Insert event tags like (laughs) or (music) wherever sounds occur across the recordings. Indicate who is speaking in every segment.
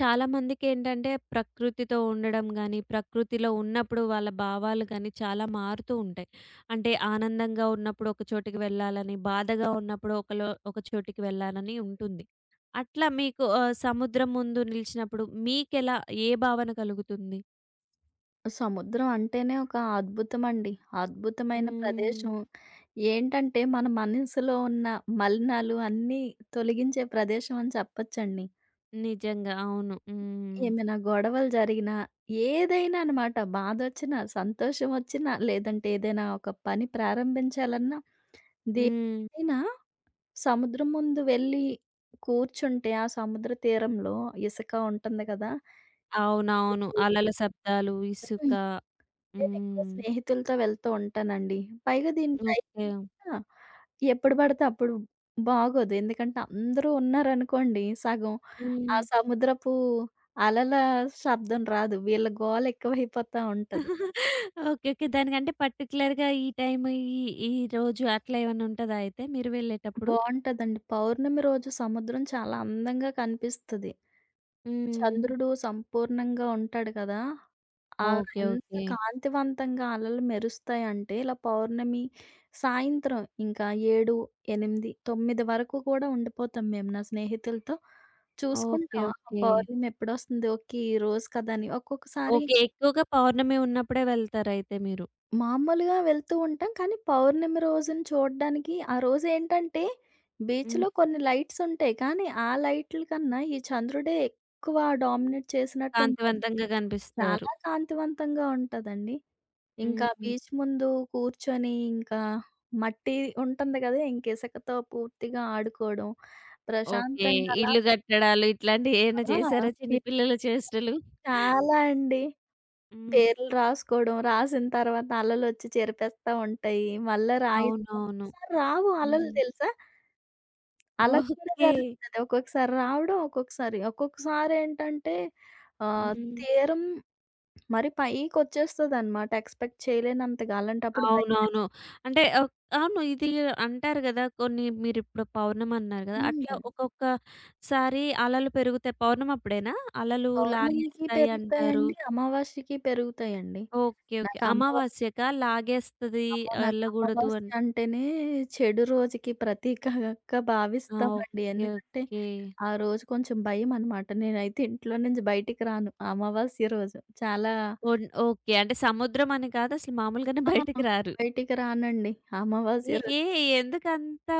Speaker 1: చాలా మందికేంటంటే ప్రకృతితో ఉండడం గానీ, ప్రకృతిలో ఉన్నప్పుడు వాళ్ళ భావాలు గానీ చాలా మారుతూ ఉంటాయి. అంటే ఆనందంగా ఉన్నప్పుడు ఒక చోటికి వెళ్ళాలని, బాధగా ఉన్నప్పుడు ఒకలో ఒక చోటికి వెళ్ళాలని ఉంటుంది. అట్లా మీకు సముద్రం ముందు నిలిచినప్పుడు మీకెలా ఏ భావన కలుగుతుంది?
Speaker 2: సముద్రం అంటేనే ఒక అద్భుతమండి. అద్భుతమైన
Speaker 1: హ్మ్.
Speaker 2: ప్రదేశం. ఏంటంటే మన మనసులో ఉన్న మలినాలు అన్నీ తొలగించే ప్రదేశం అని చెప్పొచ్చండి.
Speaker 1: నిజంగా. అవును. హ్మ్.
Speaker 2: ఏమైనా గొడవలు జరిగినా, ఏదైనా అనమాట బాధొచ్చినా, సంతోషం వచ్చినా, లేదంటే ఏదైనా ఒక పని ప్రారంభించాలన్నా,
Speaker 1: హ్మ్.
Speaker 2: దేన్నైనా సముద్రం ముందు వెళ్ళి కూర్చుంటే ఆ సముద్ర తీరంలో ఇసుక ఉంటుంది కదా!
Speaker 1: అవునవును. అలల శబ్దాలు, ఇసుక.
Speaker 2: హ్మ్. నేనెక్కువ
Speaker 1: హ్మ్.
Speaker 2: స్నేహితులతో వెళ్తూ ఉంటానండి. పైగా దీని టై
Speaker 1: ఓకే.
Speaker 2: ఆ! ఎప్పుడు పడితే అప్పుడు బాగోదు. ఎందుకంటే అందరూ ఉన్నారనుకోండి సగం, ఆ
Speaker 1: హ్మ్.
Speaker 2: సముద్రపు అలల శబ్దం రాదు. వీళ్ళ గోల ఎక్కువైపోతా ఉంటది.
Speaker 1: ఓకే. ఓకే. దానికంటే పర్టిక్యులర్‌గా ఈ టైమ్ ఈ ఈ రోజు అట్లా ఏమన్నా ఉంటదా అయితే మీరు వెళ్ళేటప్పుడు?
Speaker 2: బావుంటదండి. పౌర్ణమి రోజు సముద్రం చాలా అందంగా కనిపిస్తది.
Speaker 1: హ్మ్.
Speaker 2: చంద్రుడు సంపూర్ణంగా ఉంటాడు కదా! అలా
Speaker 1: ఓకే.
Speaker 2: ఎంత
Speaker 1: ఓకే.
Speaker 2: కాంతివంతంగా అలలు మెరుస్తాయంటే, ఇలా పౌర్ణమి సాయంత్రం ఇంకా 7, 8, 9 వరకు కూడా ఉండిపోతాం మేము నా స్నేహితులతో.
Speaker 1: ఓకే.
Speaker 2: చూసుకుంటాం ఆహా!
Speaker 1: ఓకే.
Speaker 2: పౌర్ణమి ఎప్పుడొస్తుంది? ఓకే. ఈ రోజు కదా! అని ఒక్కొక్కసారి
Speaker 1: ఓకే. ఎక్కువగా పౌర్ణమి ఉన్నప్పుడే వెళ్తారయితే మీరు.
Speaker 2: మామూలుగా వెళ్తూ ఉంటాం. కానీ పౌర్ణమి రోజున చూడడానికి ఆ రోజేంటంటే
Speaker 1: హ్మ్.
Speaker 2: బీచ్‌లో కొన్ని లైట్స్ ఉంటాయి. కానీ ఆ లైట్‌ల కన్నా ఈ చంద్రుడే ఎక్కువ డామినేట్ చేసినట్టు ఉంటది.
Speaker 1: కాంతివంతంగా కనిపిస్తారు.
Speaker 2: చాలా కాంతివంతంగా ఉంటదండి. ఇంకా
Speaker 1: హ్మ్.
Speaker 2: బీచ్ ముందు కూర్చొని ఇంకా మట్టి ఉంటుంది కదా! ఇంక ఇసుకతో పూర్తిగా ఆడుకోవడం.
Speaker 1: ఓకే.
Speaker 2: ప్రశాంతంగా అలా
Speaker 1: ఇల్లు కట్టడాలు ఇట్లాంటివి ఏమైనా
Speaker 2: ఆ!
Speaker 1: చేసారా చిన్న
Speaker 2: ఇది
Speaker 1: పిల్లల చేష్టలు?
Speaker 2: చాలా అండి.
Speaker 1: హ్మ్.
Speaker 2: పేర్లు రాసుకోవడం, రాసిన తర్వాత అలలొచ్చి చెరిపేస్తా ఉంటాయి. మళ్ళా రాయి
Speaker 1: అవునవును.
Speaker 2: ఒక్కొక్కసారి రావు అలలు
Speaker 1: హ్మ్.
Speaker 2: తెలుసా? అలా కూడా
Speaker 1: ఓకే.
Speaker 2: జరుగుతది. ఒక్కొక్కసారి రావడం, ఒక్కొక్కసారి ఒక్కొక్కసారి ఏంటంటే ఆహ్,
Speaker 1: హ్మ్.
Speaker 2: తీరం మరి పైకొచ్చేస్తదనమాట. ఎక్స్‌పెక్ట్ చేయలేనంతగా అలాంటప్పుడు భయం.
Speaker 1: అవునవును. అంటే అవును. ఇది అంటారు గదా! కొన్ని మీరిప్పుడు పౌర్ణమన్నారు గదా! అట్లా
Speaker 2: హ్మ్.
Speaker 1: ఒక్కొక్కసారి అలలు పెరుగుతాయి. పౌర్ణమప్పుడేనా? అలలు హ్మ్.
Speaker 2: పౌర్ణమికి
Speaker 1: లాగేస్తాయి అంటారు.
Speaker 2: పెరుగుతాయండి. అమావాస్యకి పెరుగుతాయండి.
Speaker 1: ఓకే. ఓకే.
Speaker 2: నాకు అమ్మవ
Speaker 1: అమావాస్యకా? లాగేస్తది
Speaker 2: అమ్మో! నాకు
Speaker 1: ఎళ్ళగూడదు అని
Speaker 2: అమావాస్య అంటేనే చెడు రోజుకి ప్రతీకగా
Speaker 1: ఆ!
Speaker 2: భావిస్తామండి.
Speaker 1: ఓకే.
Speaker 2: ఎందుకంటే
Speaker 1: ఓకే.
Speaker 2: ఆ రోజు కొంచెం భయమనమాట. నేనైతే ఇంట్లో నుంచి బయటికి రాను అమావాస్య రోజు. చాలా
Speaker 1: ఒన్ ఓకే. అంటే సముద్రం అని కాదు. అసలు మామూలుగానే
Speaker 2: ఆ!
Speaker 1: బయటికి రారు.
Speaker 2: బయటికి రానండి
Speaker 1: ఏ
Speaker 2: అమావాస్య
Speaker 1: ఏ
Speaker 2: రోజు.
Speaker 1: ఎందుకంత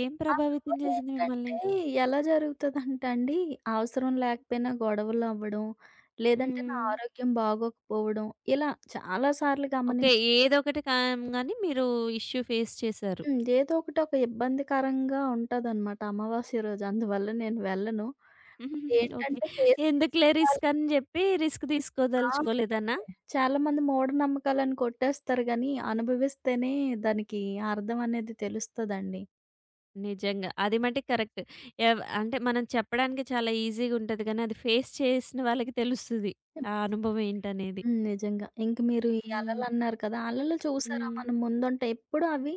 Speaker 1: ఏం
Speaker 2: ఆ
Speaker 1: ప్రభావితం చేసింది మిమ్మల్ని?
Speaker 2: రోజేంటంటే ఎలా జరుగుతదంటే అండి, అవసరం లేకపోయినా గొడవలవ్వడం, లేదంటే నా
Speaker 1: హ్మ్.
Speaker 2: ఆరోగ్యం బాగోకపోవడం ఇలా చాలా సార్లు
Speaker 1: ఓకే.
Speaker 2: గమనించాను.
Speaker 1: ఏదొకటి కాం గానీ మీరు ఇష్యూ ఫేస్ చేశారు.
Speaker 2: హ్మ్. ఏదో ఒకటి ఒక ఇబ్బందికరంగా ఉంటదనమాట అమావాస్య రోజు. అందువల్ల నేను వెళ్ళను.
Speaker 1: (laughs) ఓకే.
Speaker 2: ఇదేంటంటే ఫేస్
Speaker 1: ఎందుకులే
Speaker 2: చేసిన వాళ్ళు
Speaker 1: రిస్క్ అని జెప్పి రిస్క్
Speaker 2: ఆ! అదే.
Speaker 1: తీసుకోదలుచుకోలేదనా?
Speaker 2: చాలామంది మూఢనమ్మకాలని కొట్టేస్తారు గానీ, అనుభవిస్తేనే దానికి అర్థం అనేది తెలుస్తదండి.
Speaker 1: నిజంగా. అది మటికి కరెక్ట్. అంటే మనం చెప్పడానికి చాలా ఈజీగా ఉంటది గానీ, అది ఫేస్ చేసిన వాళ్ళకి తెలుస్తది. ఆ అనుభవం
Speaker 2: నిజమండి.
Speaker 1: ఏంటనేది.
Speaker 2: హ్మ్. నిజంగా. ఇంక మీరు ఈ
Speaker 1: హ్మ్.
Speaker 2: అలలన్నారు కదా! అలలు చూసారా
Speaker 1: హ్మ్.
Speaker 2: మనం ముందుంటే ఎప్పుడు అవి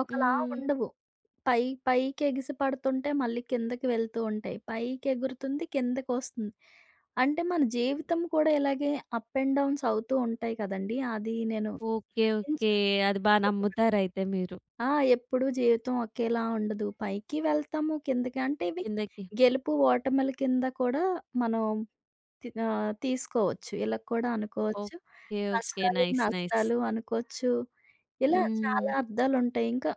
Speaker 2: ఒకలా
Speaker 1: హ్మ్.
Speaker 2: ఉండవు. పై పైకి ఎగిసి పడుతుంటే మళ్ళీ కిందకి వెళ్తూ ఉంటాయి. పైకి ఎగురుతుంది, కిందకొస్తుంది. అంటే మన జీవితం కూడా ఇలాగే అప్ అండ్ డౌన్స్ అవుతూ ఉంటాయి కదండీ! అది నేను
Speaker 1: ఓకే. ఓకే.
Speaker 2: గమనించాను.
Speaker 1: అది బా నమ్ముతారయితే మీరు.
Speaker 2: ఆ! ఎప్పుడూ జీవితం ఒకేలా ఉండదు. పైకి వెళ్తాము, కిందకి అంటే ఇవి
Speaker 1: కిందకి.
Speaker 2: గెలుపు, ఓటముల కింద కూడా మనం తీసుకోవచ్చు. ఇలా కూడా అనుకోవచ్చు.
Speaker 1: ఓకే. ఓకే.
Speaker 2: కష్టాలు,
Speaker 1: నైస్. నైస్.
Speaker 2: నష్టాలు అనుకోవచ్చు. ఇలా చాలా
Speaker 1: హ్మ్.
Speaker 2: అర్థాలుంటాయి. ఇంకా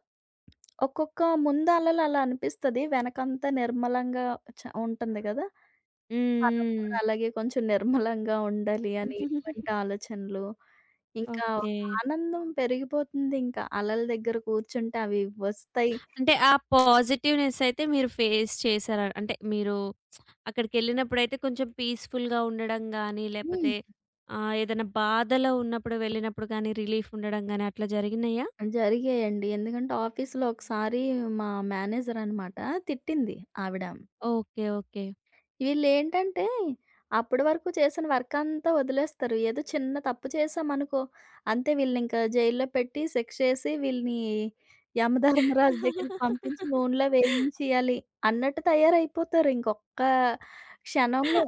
Speaker 2: ఒక్కొక్క ముందలలు అలా అనిపిస్తది. వెనకంతా నిర్మలంగా ఉంటుంది గదా! మనం కూడా
Speaker 1: హ్మ్.
Speaker 2: అలాగే కొంచెం నిర్మలంగా ఉండాలి అని ఇటువంటి
Speaker 1: (laughs)
Speaker 2: ఆలోచనలు. ఇంకా ఒక
Speaker 1: ఓకే.
Speaker 2: ఆనందం పెరిగిపోతుంది ఇంకా. అలల దగ్గర కూర్చుంటే అవి వస్తాయి.
Speaker 1: అంటే ఆ పాజిటివ్‌నెస్ అయితే మీరు ఫేస్ చేసార అంటే మీరు అక్కడికెళ్ళినప్పుడైతే కొంచెం పీస్‌ఫుల్‌గా ఉండడం గానీ,
Speaker 2: హ్మ్.
Speaker 1: లేపోతే ఏదైనా బాధలో ఉన్నప్పుడు వెళ్ళినప్పుడు గానీ, రిలీఫ్ ఉండడం గానీ అట్లా జరిగినాయా?
Speaker 2: జరిగాయండి. ఎందుకంటే ఆఫీస్‌లో ఒకసారి మా మేనేజర్ అనమాట తిట్టింది ఆవిడ.
Speaker 1: ఓకే. ఓకే.
Speaker 2: వీళ్ళేంటంటే, అప్పడి వరకు చేసిన వర్కంతా వదిలేస్తారు. ఏదో చిన్న తప్పు చేశామనుకో, అంతే వీళ్ళనింక జైల్లో పెట్టి, శిక్ష ఏసి, వీళ్ళని యమధర్మరాజు దగ్గరికి పంపించి, నూనెలో వేయించేయాలి అన్నట్టు తయారైపోతారు. ఇంకొక్క క్షణంలో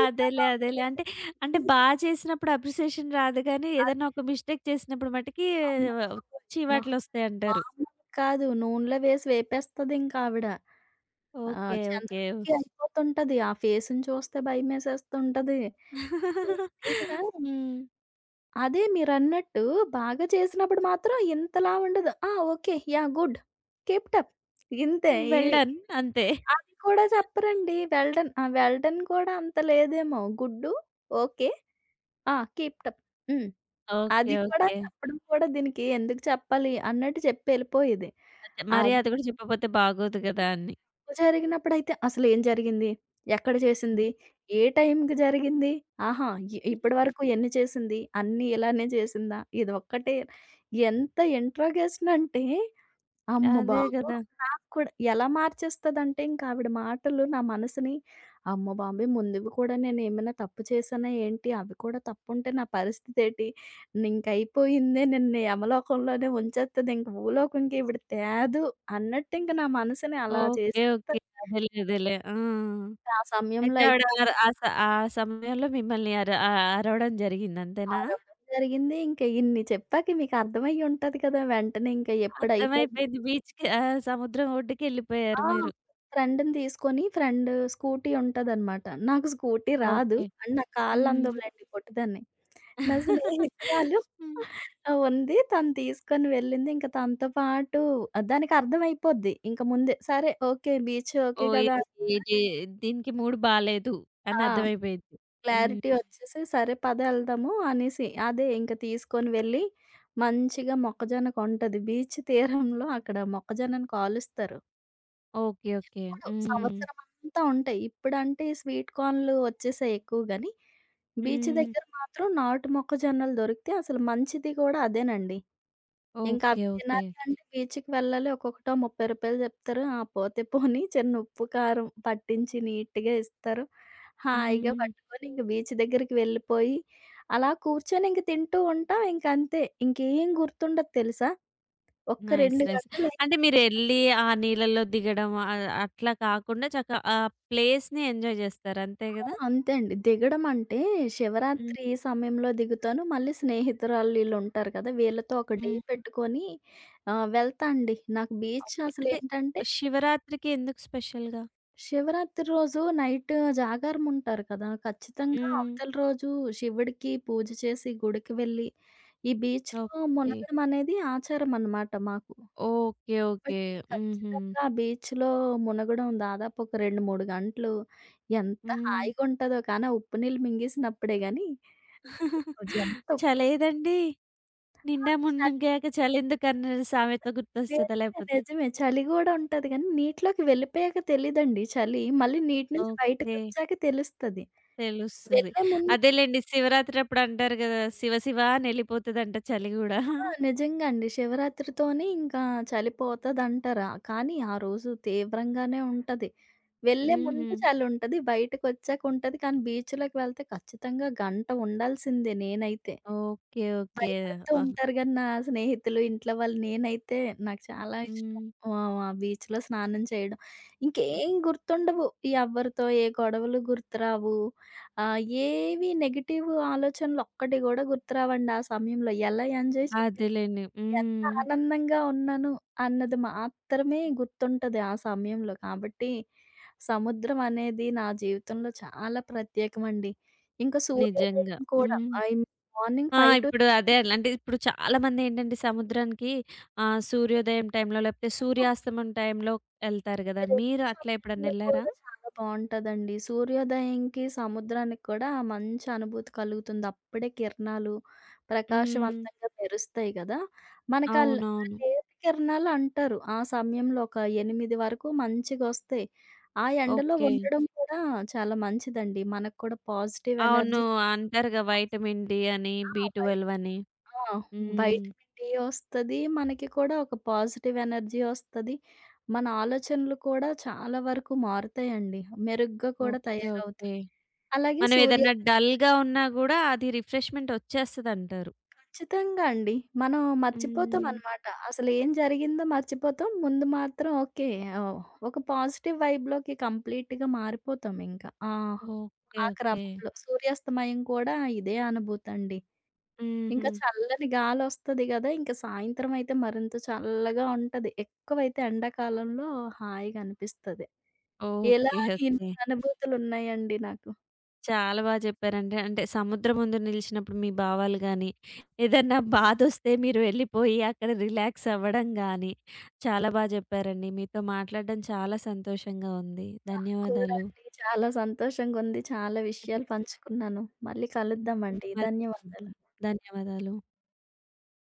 Speaker 2: ఏట్రా
Speaker 1: అదేలే. అదేలే.
Speaker 2: బాబు!
Speaker 1: అంటే, అంటే బా చేసినప్పుడు అప్రిసియేషన్ రాదు గానీ, ఏదన్నా
Speaker 2: అది
Speaker 1: ఒక మిస్టేక్ చేసినప్పుడు మటికి
Speaker 2: అమ్మ బాబోయ్! మా
Speaker 1: చీవాట్లొస్తాయంటారు.
Speaker 2: మామూలు కాదు. నూనెలో వేసి వేపేస్తదింక ఆవిడ. ఆ!
Speaker 1: ఓకే. ఓకే.
Speaker 2: చంద్రముఖి అయిపోతుంటది. ఆ ఫేసుని చూస్తే భయమేసేస్తుంటది. ఏంటీవిడ
Speaker 1: హ్మ్.
Speaker 2: అదే మీరన్నట్టు బాగా చేసినప్పుడు మాత్రం ఇంతలా ఉండదు. ఆ! Okay. Yeah! Good. Keep it up. ఇంతే.
Speaker 1: Well done. అంతే.
Speaker 2: అది కూడా చెప్పరండి. Well done. ఆ! వెల్ డన్ కూడా అంత లేదేమో. Good, okay. ఆ! Keep it up. హ్మ్.
Speaker 1: ఓకే.
Speaker 2: అది కూడా
Speaker 1: ఓకే.
Speaker 2: చెప్పడం కూడా దీనికి ఎందుకు చెప్పాలి అన్నట్టు చెప్పెళ్ళిపోయేది.
Speaker 1: అదే. మరి
Speaker 2: అది
Speaker 1: అది గూడా చెప్పపోతే బాగోదు గదా! అని.
Speaker 2: తప్పు జరిగినప్పుడైతే అసలేం జరిగింది? ఎక్కడ చేసింది? ఏ టైంకి జరిగింది? ఆహా! ఇప్పటివరకు ఎన్ని చేసింది? అన్నీ ఇలానే చేసిందా? ఇదొక్కటే ఎంత ఇంట్రోగేషన్ అంటే అమ్మ నాకు
Speaker 1: అదే గదా!
Speaker 2: బాబోయ్! నాకు కూడా ఎలా మార్చేస్తదంటే ఇంకావిడ మాటలు నా మనసుని, అమ్మ బాబోయ్! ముందువి కూడా నేనేమైనా తప్పు చేశానా ఏంటి? అవి కూడా తప్పుంటే నా పరిస్థితేటి? ఇంకయిపోయిందే నిన్ను యమలోకంలోనే ఉంచేత్తది. ఇంక భూలోకంకి ఈవిడ తేదు అన్నట్టు ఇంక నా మనసుని అలా
Speaker 1: ఓకే.
Speaker 2: చేసేస్తది.
Speaker 1: ఓకే. అదేలే. అదేలే. ఆ!
Speaker 2: ఆ సమయంలో
Speaker 1: అయితే ఆవిడ
Speaker 2: అయితే
Speaker 1: ఆర ఆ స ఆ సమయంలో మిమ్మల్ని అర ఆ అరవడం జరిగింది అంతేనా?
Speaker 2: పారవ్వడం జరిగింది. ఇంక ఇన్ని చెప్పాక మీకర్థమయ్యుంటది కదా! వెంటనే ఇంక ఎప్పుడయిపోద్ది
Speaker 1: అర్థమైపోయింది. బీచ్‌కి ఆ! సముద్రం ఒడ్డుకెళ్ళిపోయారు
Speaker 2: ఆ!
Speaker 1: మీరు.
Speaker 2: ఫ్రెండ్‌ని తీసుకొని ఫ్రెండ్ స్కూటీ ఉంటదనమాట. నాకు స్కూటీ రాదు.
Speaker 1: ఓకే.
Speaker 2: అండ్ నా కాళ్ళు
Speaker 1: హ్మ్.
Speaker 2: అందవులేండి పొట్టిదాన్ని. నా స్నేహితురాలు
Speaker 1: హ్మ్.
Speaker 2: ఆ! ఉంది. తను తీసుకొని వెళ్ళింది. ఇంక తనతో పాటు దానికి అర్థమైపోద్ది. ఇంక ముందే సరే ఓకే. బీచ్ ఓకే
Speaker 1: ఓహ్!
Speaker 2: కదా!
Speaker 1: ఇది ఇది దీనికి మూడ్ బాలేదు అని
Speaker 2: ఆ!
Speaker 1: అర్థమైపోయింది. హ్మ్.
Speaker 2: క్లారిటీ వచ్చేసి సరే పద ఎళ్దాము అనేసి అదే ఇంక తీసుకొని వెళ్ళి మంచిగా మొక్కజొన్న కొంటది. బీచ్ తీరంలో అక్కడ మొక్కజొన్నను కాలుస్తారు.
Speaker 1: ఓకే. ఓకే.
Speaker 2: ఎప్పుడు
Speaker 1: హ్మ్.
Speaker 2: సంవత్సరమంతా ఉంటాయి. ఇప్పుడంటే ఈ స్వీట్ కార్న్‌లు వచ్చేసాయి ఎక్కువ గాని, బీచ్
Speaker 1: హ్మ్.
Speaker 2: దగ్గర మాత్రం నాటు మొక్కజొన్నలు దొరికితే అసలు మంచిది గూడా అదేనండి. ఇంకా
Speaker 1: ఓకే.
Speaker 2: అవి
Speaker 1: ఓకే.
Speaker 2: తినాలి అంటే బీచ్‌కి వెళ్ళాలి. ఒక్కొక్కటో రూ. 30 చెప్తారు. ఆ! పోతే పోనీ చిన్న ఉప్పు, కారం పట్టించి నీట్‌గా ఇస్తారు. హాయిగా
Speaker 1: హ్మ్.
Speaker 2: పట్టుకొని ఇంక బీచ్ దగ్గరికి వెళ్ళిపోయి, అలా కూర్చొని ఇంక తింటూ ఉంటాం. ఇంకంతే. ఇంకేం గుర్తుండదు తెలుసా? ఒక్క
Speaker 1: నైస్.
Speaker 2: 2
Speaker 1: నైస్.
Speaker 2: గంటలు
Speaker 1: అంటే మీరెళ్లి ఆ నీళ్ళలో దిగడం అట్లా కాకుండా చక్కగా ఆ ప్లేస్‌ని ఎంజాయ్ జేస్తారు. అంతే
Speaker 2: ఆ!
Speaker 1: గదా!
Speaker 2: అంతే అండి. దిగడం అంటే
Speaker 1: హ్మ్.
Speaker 2: శివరాత్రి సమయంలో దిగుతాను. మళ్ళీ స్నేహితురాళ్ళు ఈళ్ళుంటారు కదా! వీళ్ళతో ఒక డే
Speaker 1: హ్మ్.
Speaker 2: పెట్టుకొని వెళ్తా అండి. నాకు బీచ్
Speaker 1: ఓకే. అంటే
Speaker 2: అసలేంటంటే
Speaker 1: శివరాత్రికి ఎందుకు స్పెషల్‌గా?
Speaker 2: శివరాత్రి రోజు నైట్ జాగారం ఉంటారు కదా! ఖచ్చితంగా
Speaker 1: హ్మ్.
Speaker 2: అవతల రోజు శివుడికి పూజ చేసి గుడికి వెళ్ళి ఈ బీచ్‌లో
Speaker 1: ఓకే.
Speaker 2: మునగడం అనేది ఆచారం అనమాట మాకు.
Speaker 1: ఓకే. ఓకే.
Speaker 2: కాబట్టి
Speaker 1: హుహు.
Speaker 2: ఖచ్చితంగా బీచ్‌లో మునగడం దాదాపు ఒక 2, 3 గంటలు ఎంత
Speaker 1: హ్మ్.
Speaker 2: హాయిగుంటదో కానీ ఆ ఉప్పు నీళ్ళు మింగేసినప్పుడే గాని
Speaker 1: (laughs)
Speaker 2: ఎంత
Speaker 1: చలేదండి. నిండా
Speaker 2: చలి
Speaker 1: మునిగాక చలెందుకన్న సామెత
Speaker 2: వేరు,
Speaker 1: గుర్తొస్తదా లేపోతే?
Speaker 2: నిజమే. చలి గూడా ఉంటది గానీ, నీటిలోకి వెళ్ళిపోయాక తెలీదండి చలి. మళ్ళీ నీటి నుంచి
Speaker 1: ఓకే.
Speaker 2: బయటకొచ్చాక తెలుస్తది.
Speaker 1: తెలుస్తది.
Speaker 2: వెళ్ళే ముందు
Speaker 1: అదేలెండి శివరాత్రప్పుడు అంటారు గదా! శివ శివ అనెళ్ళిపోతదంట చలి గూడా.
Speaker 2: ఆ! నిజంగా అండి. శివరాత్రితోనే ఇంకా చలి పోతదంటారా. కానీ, ఆ రోజు తీవ్రంగానే ఉంటది. వెళ్ళే
Speaker 1: హుహు.
Speaker 2: ముందు చలుంటది. బయటకొచ్చాక ఉంటది. కానీ, బీచ్‌లోకి వెళ్తే ఖచ్చితంగా గంట ఉండాల్సిందే నేనైతే.
Speaker 1: ఓకే. ఓకే.
Speaker 2: భయపడుతూ
Speaker 1: ఆహా!
Speaker 2: ఉంటారు గానీ, నా స్నేహితులు, ఇంట్లో వాళ్ళు నేనైతే నాకు చాలా ఇష్టం.
Speaker 1: హ్మ్.
Speaker 2: ఆ! ఆ బీచ్‌లో స్నానం చేయడం. ఇంకేం గుర్తుండవు. ఎవ్వరితో ఏ గొడవలు గుర్తురావు. ఆహ్, ఏవి నెగెటివ్ ఆలోచనలు ఒక్కటి గూడా గుర్తురావండి ఆ సమయంలో. ఎలా ఎంజాయ్ చేశాను,
Speaker 1: అదేలెండి.
Speaker 2: ఎంత
Speaker 1: హ్మ్.
Speaker 2: ఆనందంగా ఉన్నాను అన్నది మాత్రమే గుర్తుంటది ఆ సమయంలో. కాబట్టి సముద్రం అనేది నా జీవితంలో చాలా ప్రత్యేకమండి. ఇంకా సూర్యోదయం
Speaker 1: నిజంగా.
Speaker 2: కూడా
Speaker 1: హ్మ్.
Speaker 2: ఐ మార్నింగ్
Speaker 1: ఆ!
Speaker 2: 5-6
Speaker 1: ఇప్పుడు అదే అంటే ఇప్పుడు చాలామందేంటంటే సముద్రానికి సూర్యోదయం టైంలో లేకపోతే సూర్యాస్తమం టైంలో ఎళ్తారు గదా!
Speaker 2: ఈ 2
Speaker 1: మీరు అట్లా
Speaker 2: సమయంలో
Speaker 1: ఎప్పుడన్నెళ్లారా?
Speaker 2: కూడా చాలా బావుంటదండి. సూర్యోదయంకి, సముద్రానికి కూడా ఆ మంచి అనుభూతి కలుగుతుంది. అప్పుడే కిరణాలు
Speaker 1: హ్మ్.
Speaker 2: ప్రకాశవంతంగా మెరుస్తాయి గదా! మనకు ఆ ల్ ఆ
Speaker 1: అవునవును.
Speaker 2: లేత కిరణాలు అంటారు. ఆ సమయంలో ఒక 8 వరకు మంచిగొస్తాయి. ఆ ఎండలో
Speaker 1: ఓకే.
Speaker 2: ఉండడం కూడా చాలా మంచిదండి. మనకు కూడా పాజిటివ్
Speaker 1: అవును.
Speaker 2: ఎనర్జీ
Speaker 1: అంటారుగా వైటమిన్ డి అని,
Speaker 2: ఆ!
Speaker 1: బి
Speaker 2: బయట
Speaker 1: 12 అని.
Speaker 2: ఆ!
Speaker 1: హ్మ్.
Speaker 2: వైటమిన్ డి ఒస్తది. మనకి కూడా ఒక పాజిటివ్ ఎనర్జీ ఒస్తది. మన ఆలోచనలు కూడా చాలా వరకు మారుతాయండి. మెరుగ్గా కూడా
Speaker 1: ఓకే. ఓకే.
Speaker 2: తయారవుతాయి. అలాగే
Speaker 1: మనం
Speaker 2: సూర్య
Speaker 1: ఏదన్నా డల్‌గా ఉన్నా గూడా అది రిఫ్రెష్‌మెంట్ ఒచ్చేస్తదంటారు.
Speaker 2: ఖచ్చితంగా అండి. మనం
Speaker 1: హ్మ్.
Speaker 2: మర్చిపోతామనమాట. అసలు ఏం జరిగిందో మర్చిపోతాం. ముందు మాత్రం ఓకే. ఆహ్, ఒక పాజిటివ్ వైబ్‌లోకి కంప్లీట్‌గా మారిపోతాం ఇంకా. ఆ!
Speaker 1: ఓకే.
Speaker 2: ఆ
Speaker 1: ఓకే.
Speaker 2: క్రమంలో సూర్యాస్తమయం కూడా ఇదే అనుభూతండి.
Speaker 1: హుహు.
Speaker 2: ఇంకా చల్లని గాలొస్తది గదా! ఇంక సాయంత్రం అయితే మరింత చల్లగా ఉంటది. ఎక్కువైతే ఎండాకాలంలో హాయిగా అనిపిస్తది. ఇలా
Speaker 1: ఓకే.
Speaker 2: ఇన్ని
Speaker 1: ఓకే.
Speaker 2: అనుభూతులున్నాయండి నాకు.
Speaker 1: చాలా బా చెప్పారండి. అంటే సముద్రం ముందు నిలిచినప్పుడు మీ భావాలు గాని, ఏదన్నా బాధొస్తే మీరు వెళ్ళిపోయి అక్కడ రిలాక్స్ అవ్వడం గాని, చాలా బా చెప్పారండి. మీతో మాట్లాడడం చాలా సంతోషంగా ఉంది.
Speaker 2: కూడా
Speaker 1: ధన్యవాదాలు.
Speaker 2: అండి. చాలా సంతోషంగుంది. చాలా విషయాలు
Speaker 1: (laughs)
Speaker 2: పంచుకున్నాను. మళ్ళీ
Speaker 1: హ్మ్.
Speaker 2: కలుద్దామండి.
Speaker 1: మళ్ళీ కలుద్దాం.
Speaker 2: ధన్యవాదాలు.
Speaker 1: ధన్యవాదాలు.